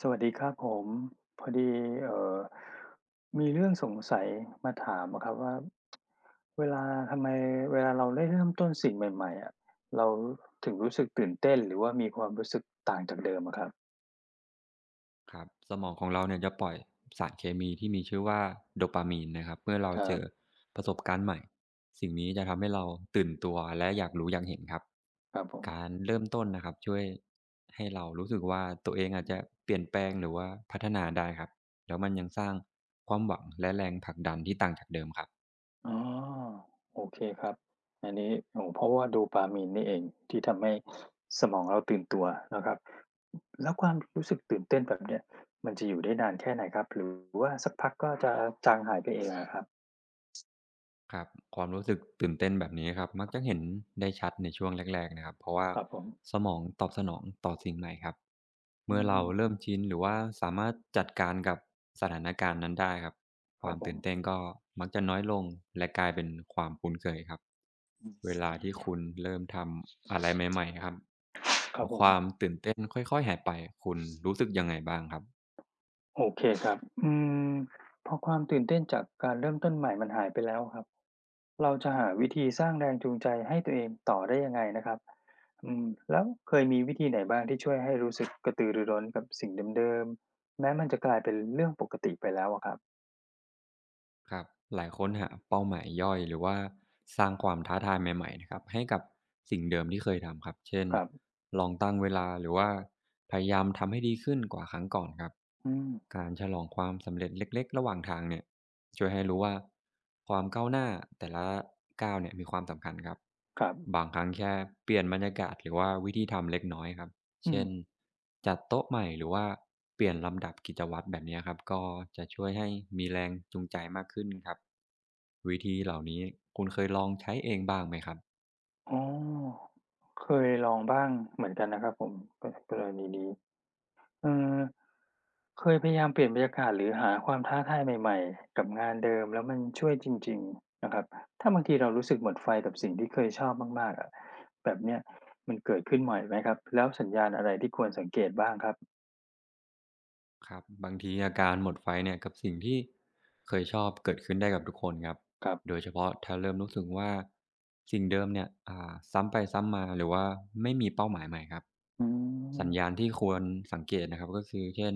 สวัสดีครับผมพอดีเอ่อมีเรื่องสงสัยมาถามอะครับว่าเวลาทำไมเวลาเราได้เริ่มต้นสิ่งใหม่ๆอะเราถึงรู้สึกตื่นเต้นหรือว่ามีความรู้สึกต่างจากเดิมอะครับครับสมองของเราเนี่ยจะปล่อยสารเคมีที่มีชื่อว่าโดปามีนนะครับเมื่อเราครัเจบอประสบการณ์ใหม่สิ่งนี้จะทำให้เราตื่นตัวและอยากรู้อยากเห็นครับครับผมการเริ่มต้นนะครับช่วยให้เรารู้สึกว่าตัวเองอาจจะเปลี่ยนแปลงหรือว่าพัฒนาได้ครับแล้วมันยังสร้างความหวังและแรงผลักดันที่ต่างจากเดิมครับ อ๋อโอเคครับอันนี้โอ้โฮเพราะว่า dopamine นี่เองที่ทำให้สมองเราตื่นตัวนะครับแล้วความรู้สึกตื่นเต้นแบบเนี้ยมันจะอยู่ได้นานแค่ไหนครับหรือว่าสักพักก็จะจางหายไปเองอะครับครับความรู้สึกตื่นเต้นแบบนี้ครับมักจะเห็นได้ชัดในช่วงแรกๆนะครับเพราะว่าครับผม สมองตอบสนองต่อสิ่งใหม่ครับอืเมื่อเรามเริ่มชินหรือว่าสามารถจัดการกับสถานการณ์นั้นได้ครับคควารับมผตื่มนเต้นก็มักจะน้อยลงและกลายเป็นความคุ้นเคยครับเวลาที่คุณเริ่มทำอะไรใหม่ๆครับคแล้รัวบผความมตื่นเต้นค่อยๆหายไปคุณรู้สึกยังไงบ้างครับ โอเคครับอืมพอความตื่นเต้นจากการเริ่มต้นใหม่มันหายไปแล้วครับเราจะหาวิธีสร้างแรงจูงใจให้ตัวเองต่อได้ยังไงนะครับอืมแล้วเคยมีวิธีไหนบ้างที่ช่วยให้รู้สึกกระตือรือร้นกับสิ่งเดิมๆแม้มันจะกลายเป็นเรื่องปกติไปแล้วอะครับครับหลายคนหาเป้าหมายย่อยหรือว่าสร้างความท้าทายใหม่ๆนะครับให้กับสิ่งเดิมที่เคยทำครับเช่นครับลองตั้งเวลาหรือว่าพยายามทำให้ดีขึ้นกว่าครั้งก่อนครับอืมการฉลองความสำเร็จเล็กๆระหว่างทางเนี่ยช่วยให้รู้ว่าความก้าวหน้าแต่ละก้าวเนี่ยมีความสำคัญครับครับบางครั้งแค่เปลี่ยนบรรยากาศหรือว่าวิธีทำเล็กน้อยครับ อืเช่มนจัดโต๊ะใหม่หรือว่าเปลี่ยนลำดับกิจวัตรแบบเนี้ยครับก็จะช่วยให้มีแรงจูงใจมากขึ้นครับวิธีเหล่านี้คุณเคยลองใช้เองบ้างไหมครับ อ๋อเคยลองบ้างเหมือนกันนะครับผมกกรณีนี้ เออเคยพยายามเปลี่ยนบรรยากาศหรือหาความท้าทายใหม่ๆกับงานเดิมแล้วมันช่วยจริงๆนะครับถ้าบางทีเรารู้สึกหมดไฟกับสิ่งที่เคยชอบมากๆอะแบบเนี้ยมันเกิดขึ้นบ่อยไหมครับแล้วสัญญาณอะไรที่ควรสังเกตบ้างครับครับบางทีอาการหมดไฟเนี่ยกับสิ่งที่เคยชอบเกิดขึ้นได้กับทุกคนครับครับโดยเฉพาะถ้าเริ่มรู้สึกว่าสิ่งเดิมเนี่ยซ้ำไปซ้ำมาหรือว่าไม่มีเป้าหมายใหม่ครับอืสัญญาณมที่ควรสังเกตนะครับก็คือเช่น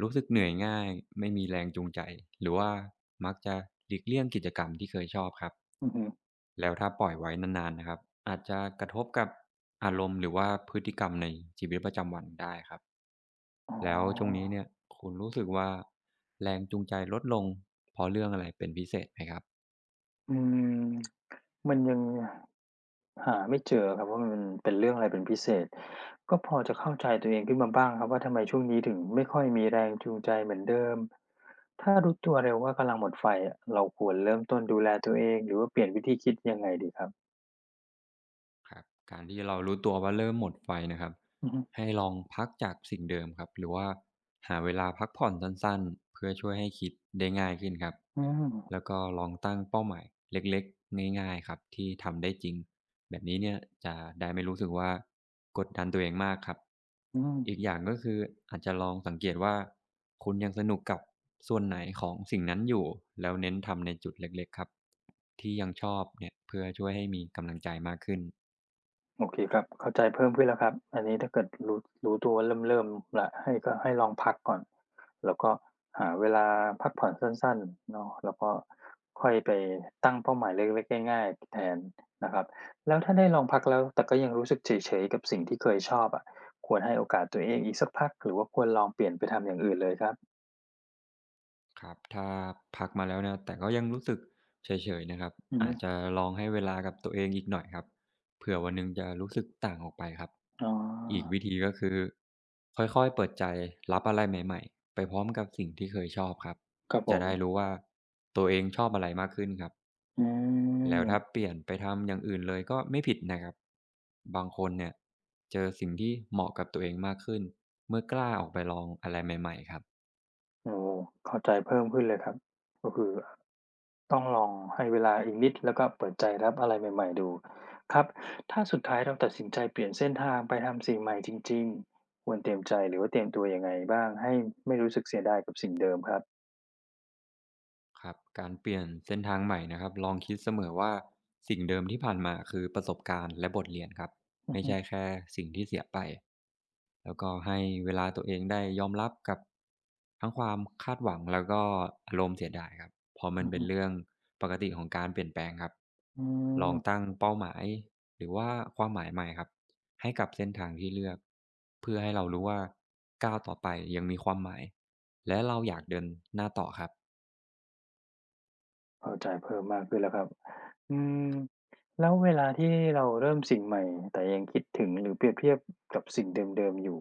รู้สึกเหนื่อยง่ายไม่มีแรงจูงใจหรือว่ามักจะหลีกเลี่ยงกิจกรรมที่เคยชอบครับอือฮึแล้วถ้าปล่อยไว้นานๆนะครับอาจจะกระทบกับอารมณ์หรือว่าพฤติกรรมในชีวิตประจำวันได้ครับ อ๋อแล้วช่วงนี้เนี่ยคุณรู้สึกว่าแรงจูงใจลดลงเพราะเรื่องอะไรเป็นพิเศษไหมครับ อืมมันยัง หาไม่เจอครับว่ามันเป็นเรื่องอะไรเป็นพิเศษก็พอจะเข้าใจตัวเองขึ้นมาบ้างครับว่าทำไมช่วงนี้ถึงไม่ค่อยมีแรงจูงใจเหมือนเดิมถ้ารู้ตัวเร็วว่ากำลังหมดไฟอะเราควรเริ่มต้นดูแลตัวเองหรือว่าเปลี่ยนวิธีคิดยังไงดีครับครับการที่เรารู้ตัวว่าเริ่มหมดไฟนะครับอือฮึให้ลองพักจากสิ่งเดิมครับหรือว่าหาเวลาพักผ่อนสั้นๆเพื่อช่วยให้คิดได้ง่ายขึ้นครับอืแล้มวก็ลองตั้งเป้าหมายเล็กๆง่ายๆครับที่ทำได้จริงแบบนี้เนี่ยจะได้ไม่รู้สึกว่ากดดันตัวเองมากครับอืม อีกอย่างก็คืออาจจะลองสังเกตว่าคุณยังสนุกกับส่วนไหนของสิ่งนั้นอยู่แล้วเน้นทำในจุดเล็กๆครับที่ยังชอบเนี่ยเพื่อช่วยให้มีกำลังใจมากขึ้น โอเคครับเข้าใจเพิ่มขึ้นแล้วครับอันนี้ถ้าเกิดรู้ตัวว่าเริ่มแล้วก็ให้ลองพักก่อนแล้วก็หาเวลาพักผ่อนสั้นๆเนาะแล้วก็ค่อยไปตั้งเป้าหมายเล็กๆง่ายๆแทนนะครับแล้วถ้าได้ลองพักแล้วแต่ก็ยังรู้สึกเฉยๆกับสิ่งที่เคยชอบอะควรให้โอกาสตัวเองอีกสักพักหรือว่าควรลองเปลี่ยนไปทำอย่างอื่นเลยครับครับถ้าพักมาแล้วนะแต่ก็ยังรู้สึกเฉยๆนะครับอืออาฮึจจะลองให้เวลากับตัวเองอีกหน่อยครับเผื่อวันหนึ่งจะรู้สึกต่างออกไปครับอ๋ออีกวิธีก็คือค่อยๆเปิดใจรับอะไรใหม่ๆไปพร้อมกับสิ่งที่เคยชอบครับครับผจะมได้รู้ว่าตัวเองชอบอะไรมากขึ้นครับอืแล้วมถ้าเปลี่ยนไปทำอย่างอื่นเลยก็ไม่ผิดนะครับบางคนเนี่ยเจอสิ่งที่เหมาะกับตัวเองมากขึ้นเมื่อกล้าออกไปลองอะไรใหม่ๆครับ โอ้โฮเข้าใจเพิ่มขึ้นเลยครับก็คือ ต้องลองให้เวลาอีกนิดแล้วก็เปิดใจรับอะไรใหม่ๆดูครับถ้าสุดท้ายเราตัดสินใจเปลี่ยนเส้นทางไปทำสิ่งใหม่จริงๆควรเตรียมใจหรือว่าเตรียมตัวยังไงบ้างให้ไม่รู้สึกเสียดายกับสิ่งเดิมครับครับการเปลี่ยนเส้นทางใหม่นะครับลองคิดเสมอว่าสิ่งเดิมที่ผ่านมาคือประสบการณ์และบทเรียนครับอือไม่ฮึใช่แค่สิ่งที่เสียไปแล้วก็ให้เวลาตัวเองได้ยอมรับกับทั้งความคาดหวังแล้วก็อารมณ์เสียดายครับเพอมันอือเป็นฮึเรื่องปกติของการเปลี่ยนแปลงครับอืลองตั้มงเป้าหมายหรือว่าความหมายใหม่ครับให้กับเส้นทางที่เลือกเพื่อให้เรารู้ว่าก้าวต่อไปยังมีความหมายและเราอยากเดินหน้าต่อครับ เข้าใจเพิ่มมากขึ้นแล้วครับอืมแล้วเวลาที่เราเริ่มสิ่งใหม่แต่ยังคิดถึงหรือเปรียบเทียบกับสิ่งเดิมๆอยู่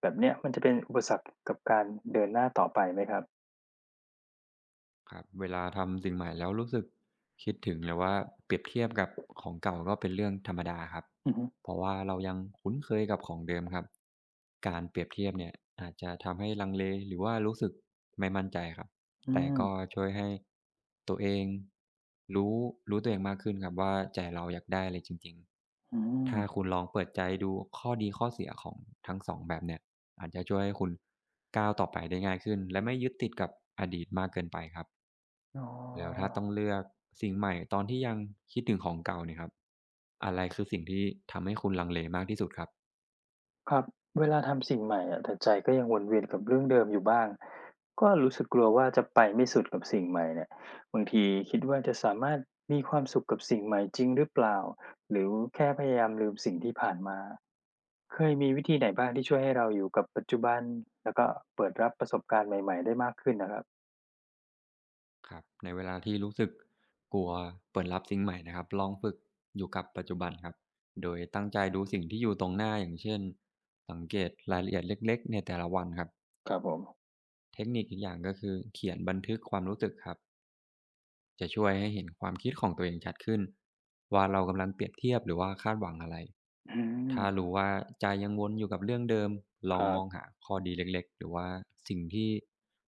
แบบเนี้ยมันจะเป็นอุปสรรคกับการเดินหน้าต่อไปไหมครับครับเวลาทำสิ่งใหม่แล้วรู้สึกคิดถึงหรือว่าเปรียบเทียบกับของเก่าก็เป็นเรื่องธรรมดาครับอือฮึเพราะว่าเรายังคุ้นเคยกับของเดิมครับการเปรียบเทียบเนี่ยอาจจะทำให้ลังเลหรือว่ารู้สึกไม่มั่นใจครับอืแต่มก็ช่วยให้ตัวเองรู้รู้ตัวเองมากขึ้นครับว่าใจเราอยากได้อะไรจริงอืๆมถ้าคุณลองเปิดใจดูข้อดีข้อเสียของทั้งสองแบบเนี่ยอาจจะช่วยให้คุณก้าวต่อไปได้ง่ายขึ้นและไม่ยึดติดกับอดีตมากเกินไปครับ อ๋อ แล้วถ้าต้องเลือกสิ่งใหม่ตอนที่ยังคิดถึงของเก่าเนี่ยครับอะไรคือสิ่งที่ทำให้คุณลังเลมากที่สุดครับครับเวลาทำสิ่งใหม่อะแต่ใจก็ยังวนเวียนกับเรื่องเดิมอยู่บ้างก็รู้สึกกลัวว่าจะไปไม่สุดกับสิ่งใหม่เนี่ยบางทีคิดว่าจะสามารถมีความสุขกับสิ่งใหม่จริงหรือเปล่าหรือแค่พยายามลืมสิ่งที่ผ่านมาเคยมีวิธีไหนบ้างที่ช่วยให้เราอยู่กับปัจจุบันแล้วก็เปิดรับประสบการณ์ใหม่ๆได้มากขึ้นนะครับครับในเวลาที่รู้สึกกลัวเปิดรับสิ่งใหม่นะครับลองฝึกอยู่กับปัจจุบันครับโดยตั้งใจดูสิ่งที่อยู่ตรงหน้าอย่างเช่นสังเกตรายละเอียดเล็กๆในแต่ละวันครับครับผมเทคนิคอีกอย่างก็คือเขียนบันทึกความรู้สึกครับ จะช่วยให้เห็นความคิดของตัวเองชัดขึ้นว่าเรากำลังเปรียบเทียบหรือว่าคาดหวังอะไรอืมถ้ารู้ว่าใจยังวนอยู่กับเรื่องเดิมลคองรัมองบหาข้อดีเล็กๆหรือว่าสิ่งที่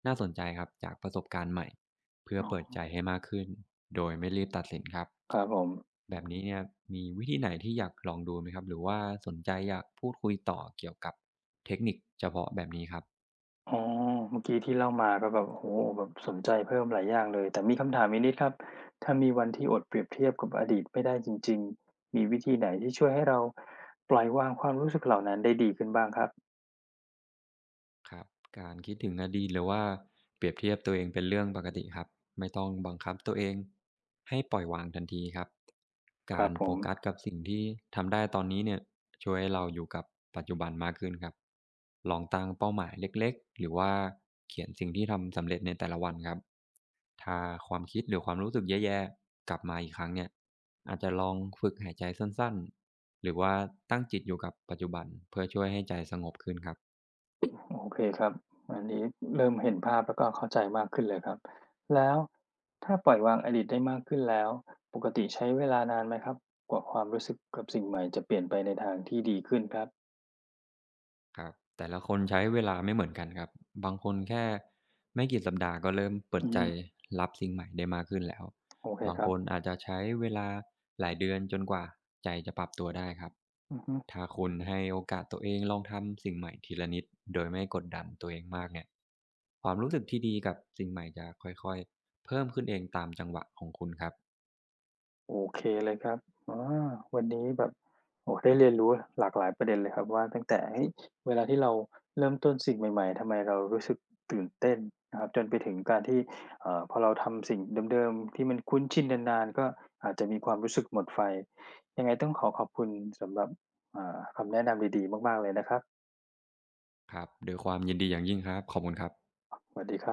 น่าสนใจครับจากประสบการณ์ใหม่เพื่ออ๋อเปิดใจให้มากขึ้นโดยไม่รีบตัดสินครับครับผม แบบนี้เนี่ยมีวิธีไหนที่อยากลองดูไหมครับหรือว่าสนใจอยากพูดคุยต่อเกี่ยวกับเทคนิคเฉพาะแบบนี้ครับ อ๋อเมื่อกี้ที่เล่ามาก็แบบโอ้โฮแบบสนใจเพิ่มหลายอย่างเลยแต่มีคำถามอีกนิดครับถ้ามีวันที่อดเปรียบเทียบกับอดีตไม่ได้จริงๆมีวิธีไหนที่ช่วยให้เราปล่อยวางความรู้สึกเหล่านั้นได้ดีขึ้นบ้างครับครับการคิดถึงอดีตหรือว่าเปรียบเทียบตัวเองเป็นเรื่องปกติครับไม่ต้องบังคับตัวเองให้ปล่อยวางทันทีครับคการัรบผโฟมกัสกับสิ่งที่ทำได้ตอนนี้เนี่ยช่วยให้เราอยู่กับปัจจุบันมากขึ้นครับลองตั้งเป้าหมายเล็กๆหรือว่าเขียนสิ่งที่ทำสำเร็จในแต่ละวันครับถ้าความคิดหรือความรู้สึกแย่ๆกลับมาอีกครั้งเนี่ยอาจจะลองฝึกหายใจสั้นๆหรือว่าตั้งจิตอยู่กับปัจจุบันเพื่อช่วยให้ใจสงบขึ้นครับ โอเคครับอันนี้เริ่มเห็นภาพแล้วก็เข้าใจมากขึ้นเลยครับแล้วถ้าปล่อยวางอดีตได้มากขึ้นแล้วปกติใช้เวลานานไหมครับกว่าความรู้สึกกับสิ่งใหม่จะเปลี่ยนไปในทางที่ดีขึ้นครับครับแต่ละคนใช้เวลาไม่เหมือนกันครับบางคนแค่ไม่กี่สัปดาห์ก็เริ่มเปิดอือใจฮึรับสิ่งใหม่ได้มากขึ้นแล้วโอเคบางครัคบนอาจจะใช้เวลาหลายเดือนจนกว่าใจจะปรับตัวได้ครับอือฮึ ถ้าคุณให้โอกาสตัวเองลองทำสิ่งใหม่ทีละนิดโดยไม่กดดันตัวเองมากเนี่ยความรู้สึกที่ดีกับสิ่งใหม่จะค่อยๆเพิ่มขึ้นเองตามจังหวะของคุณครับโอเคเลยครับอาวันนี้แบบโอ้โฮได้เรียนรู้หลากหลายประเด็นเลยครับว่าตั้งแต่เฮ้ยเวลาที่เราเริ่มต้นสิ่งใหม่ๆทำไมเรารู้สึกตื่นเต้นนะครับจนไปถึงการที่พอเราทำสิ่งเดิมๆที่มันคุ้นชินนานๆก็อาจจะมีความรู้สึกหมดไฟยังไงต้องขอขอบคุณสำหรับคำแนะนำดีๆมากๆเลยนะครับครับโดวยความยินดีอย่างยิ่งครับขอบคุณครับสวัสดีครับ